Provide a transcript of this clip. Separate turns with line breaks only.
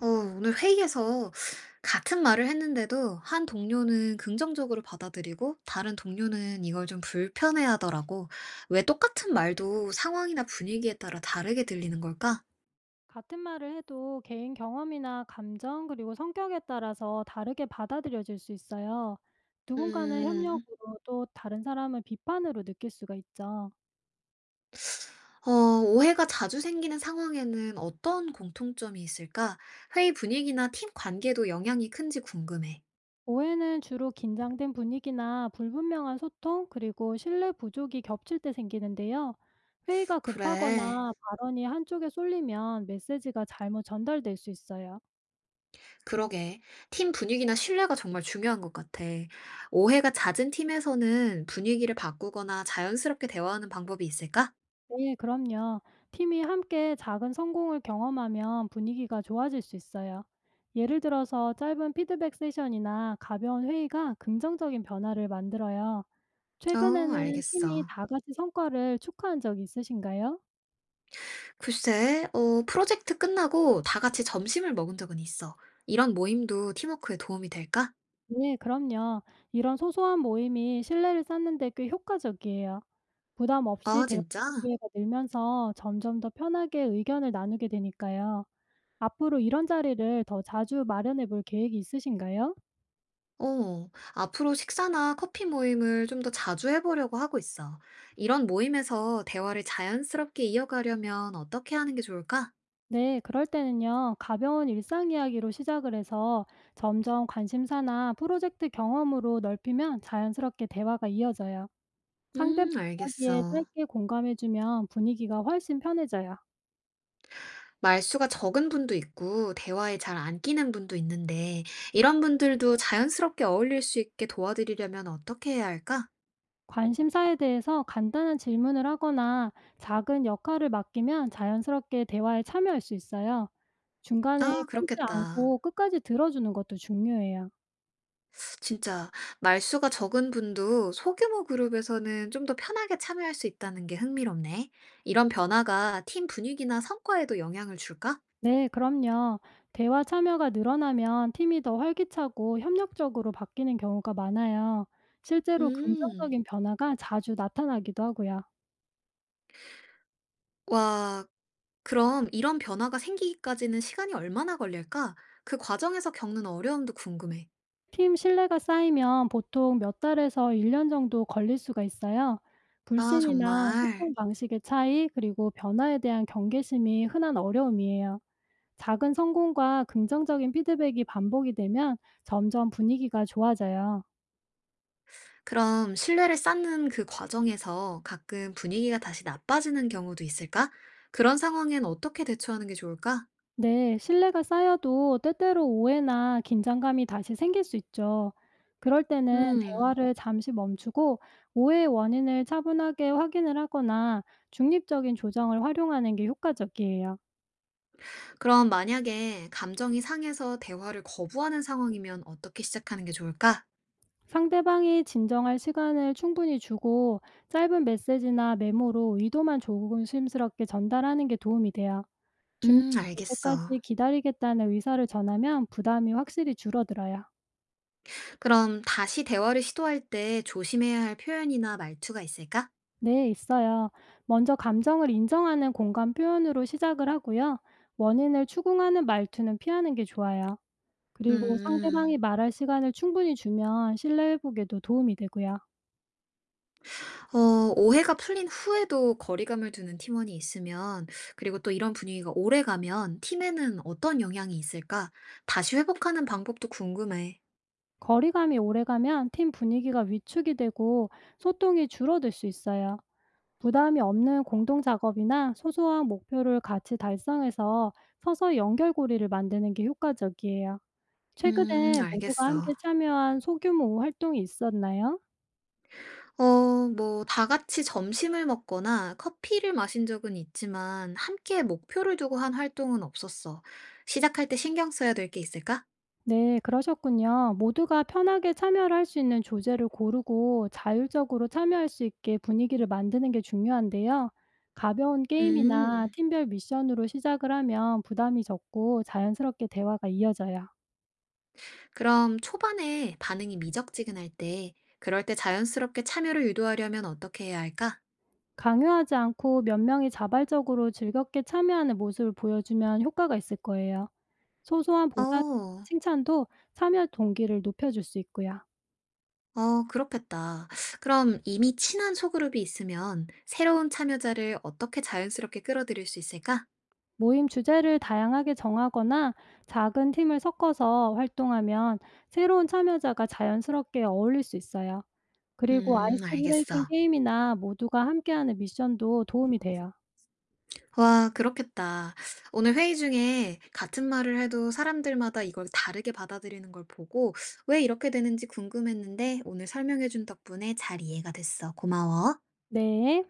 오늘 회의에서 같은 말을 했는데도 한 동료는 긍정적으로 받아들이고 다른 동료는 이걸 좀 불편해하더라고. 왜 똑같은 말도 상황이나 분위기에 따라 다르게 들리는 걸까?
같은 말을 해도 개인 경험이나 감정 그리고 성격에 따라서 다르게 받아들여질 수 있어요. 누군가는
음,
협력으로 또 다른 사람을 비판으로 느낄 수가 있죠.
어, 오해가 자주 생기는 상황에는 어떤 공통점이 있을까? 회의 분위기나 팀 관계도 영향이 큰지 궁금해.
오해는 주로 긴장된 분위기나 불분명한 소통 그리고 신뢰 부족이 겹칠 때 생기는데요. 회의가
그래.
급하거나 발언이 한쪽에 쏠리면 메시지가 잘못 전달될 수 있어요.
그러게. 팀 분위기나 신뢰가 정말 중요한 것 같아. 오해가 잦은 팀에서는 분위기를 바꾸거나 자연스럽게 대화하는 방법이 있을까?
네, 그럼요. 팀이 함께 작은 성공을 경험하면 분위기가 좋아질 수 있어요. 예를 들어서 짧은 피드백 세션이나 가벼운 회의가 긍정적인 변화를 만들어요. 최근에는 팀이
알겠어.
다 같이 성과를 축하한 적이 있으신가요?
글쎄, 프로젝트 끝나고 다 같이 점심을 먹은 적은 있어. 이런 모임도 팀워크에 도움이 될까?
네, 그럼요. 이런 소소한 모임이 신뢰를 쌓는데 꽤 효과적이에요. 부담 없이
아,
대화
진짜?
기회가 늘면서 점점 더 편하게 의견을 나누게 되니까요. 앞으로 이런 자리를 더 자주 마련해 볼 계획이 있으신가요?
어, 앞으로 식사나 커피 모임을 좀 더 자주 해보려고 하고 있어. 이런 모임에서 대화를 자연스럽게 이어가려면 어떻게 하는 게 좋을까?
네, 그럴 때는요, 가벼운 일상 이야기로 시작을 해서 점점 관심사나 프로젝트 경험으로 넓히면 자연스럽게 대화가 이어져요. 상대방 이야기에
알겠어.
짧게 공감해주면 분위기가 훨씬 편해져요.
말수가 적은 분도 있고 대화에 잘 안 끼는 분도 있는데 이런 분들도 자연스럽게 어울릴 수 있게 도와드리려면 어떻게 해야 할까?
관심사에 대해서 간단한 질문을 하거나 작은 역할을 맡기면 자연스럽게 대화에 참여할 수 있어요. 중간에
아,
끊지
그렇겠다.
않고 끝까지 들어주는 것도 중요해요.
진짜 말수가 적은 분도 소규모 그룹에서는 좀 더 편하게 참여할 수 있다는 게 흥미롭네. 이런 변화가 팀 분위기나 성과에도 영향을 줄까?
네, 그럼요. 대화 참여가 늘어나면 팀이 더 활기차고 협력적으로 바뀌는 경우가 많아요. 실제로
음,
긍정적인 변화가 자주 나타나기도 하고요.
와, 그럼 이런 변화가 생기기까지는 시간이 얼마나 걸릴까? 그 과정에서 겪는 어려움도 궁금해.
팀 신뢰가 쌓이면 보통 몇 달에서 1년 정도 걸릴 수가 있어요.
아,
불신이나
정말.
소통 방식의 차이, 그리고 변화에 대한 경계심이 흔한 어려움이에요. 작은 성공과 긍정적인 피드백이 반복이 되면 점점 분위기가 좋아져요.
그럼 신뢰를 쌓는 그 과정에서 가끔 분위기가 다시 나빠지는 경우도 있을까? 그런 상황엔 어떻게 대처하는 게 좋을까?
네, 신뢰가 쌓여도 때때로 오해나 긴장감이 다시 생길 수 있죠. 그럴 때는
음,
대화를 잠시 멈추고 오해의 원인을 차분하게 확인을 하거나 중립적인 조정을 활용하는 게 효과적이에요.
그럼 만약에 감정이 상해서 대화를 거부하는 상황이면 어떻게 시작하는 게 좋을까?
상대방이 진정할 시간을 충분히 주고 짧은 메시지나 메모로 의도만 조심스럽게 전달하는 게 도움이 돼요. 준비될
알겠어.
때까지 기다리겠다는 의사를 전하면 부담이 확실히 줄어들어요.
그럼 다시 대화를 시도할 때 조심해야 할 표현이나 말투가 있을까?
네, 있어요. 먼저 감정을 인정하는 공감 표현으로 시작을 하고요. 원인을 추궁하는 말투는 피하는 게 좋아요. 그리고
음.
상대방이 말할 시간을 충분히 주면 신뢰 회복에도 도움이 되고요.
어 오해가 풀린 후에도 거리감을 두는 팀원이 있으면 그리고 또 이런 분위기가 오래가면 팀에는 어떤 영향이 있을까? 다시 회복하는 방법도 궁금해.
거리감이 오래가면 팀 분위기가 위축이 되고 소통이 줄어들 수 있어요. 부담이 없는 공동 작업이나 소소한 목표를 같이 달성해서 서서히 연결고리를 만드는 게 효과적이에요. 최근에 모두가
알겠어.
함께 참여한 소규모 활동이 있었나요?
다 같이 점심을 먹거나 커피를 마신 적은 있지만 함께 목표를 두고 한 활동은 없었어. 시작할 때 신경 써야 될 게 있을까?
네, 그러셨군요. 모두가 편하게 참여를 할 수 있는 조제를 고르고 자율적으로 참여할 수 있게 분위기를 만드는 게 중요한데요. 가벼운 게임이나
음,
팀별 미션으로 시작을 하면 부담이 적고 자연스럽게 대화가 이어져요.
그럼 초반에 반응이 미적지근할 때, 그럴 때 자연스럽게 참여를 유도하려면 어떻게 해야 할까?
강요하지 않고 몇 명이 자발적으로 즐겁게 참여하는 모습을 보여주면 효과가 있을 거예요. 소소한 보상,
어.
칭찬도 참여 동기를 높여줄 수 있고요.
어, 그렇겠다. 그럼 이미 친한 소그룹이 있으면 새로운 참여자를 어떻게 자연스럽게 끌어들일 수 있을까?
모임 주제를 다양하게 정하거나 작은 팀을 섞어서 활동하면 새로운 참여자가 자연스럽게 어울릴 수 있어요. 그리고 아이스
알겠어.
브레이킹 게임이나 모두가 함께하는 미션도 도움이 돼요.
와, 그렇겠다. 오늘 회의 중에 같은 말을 해도 사람들마다 이걸 다르게 받아들이는 걸 보고 왜 이렇게 되는지 궁금했는데 오늘 설명해준 덕분에 잘 이해가 됐어. 고마워.
네.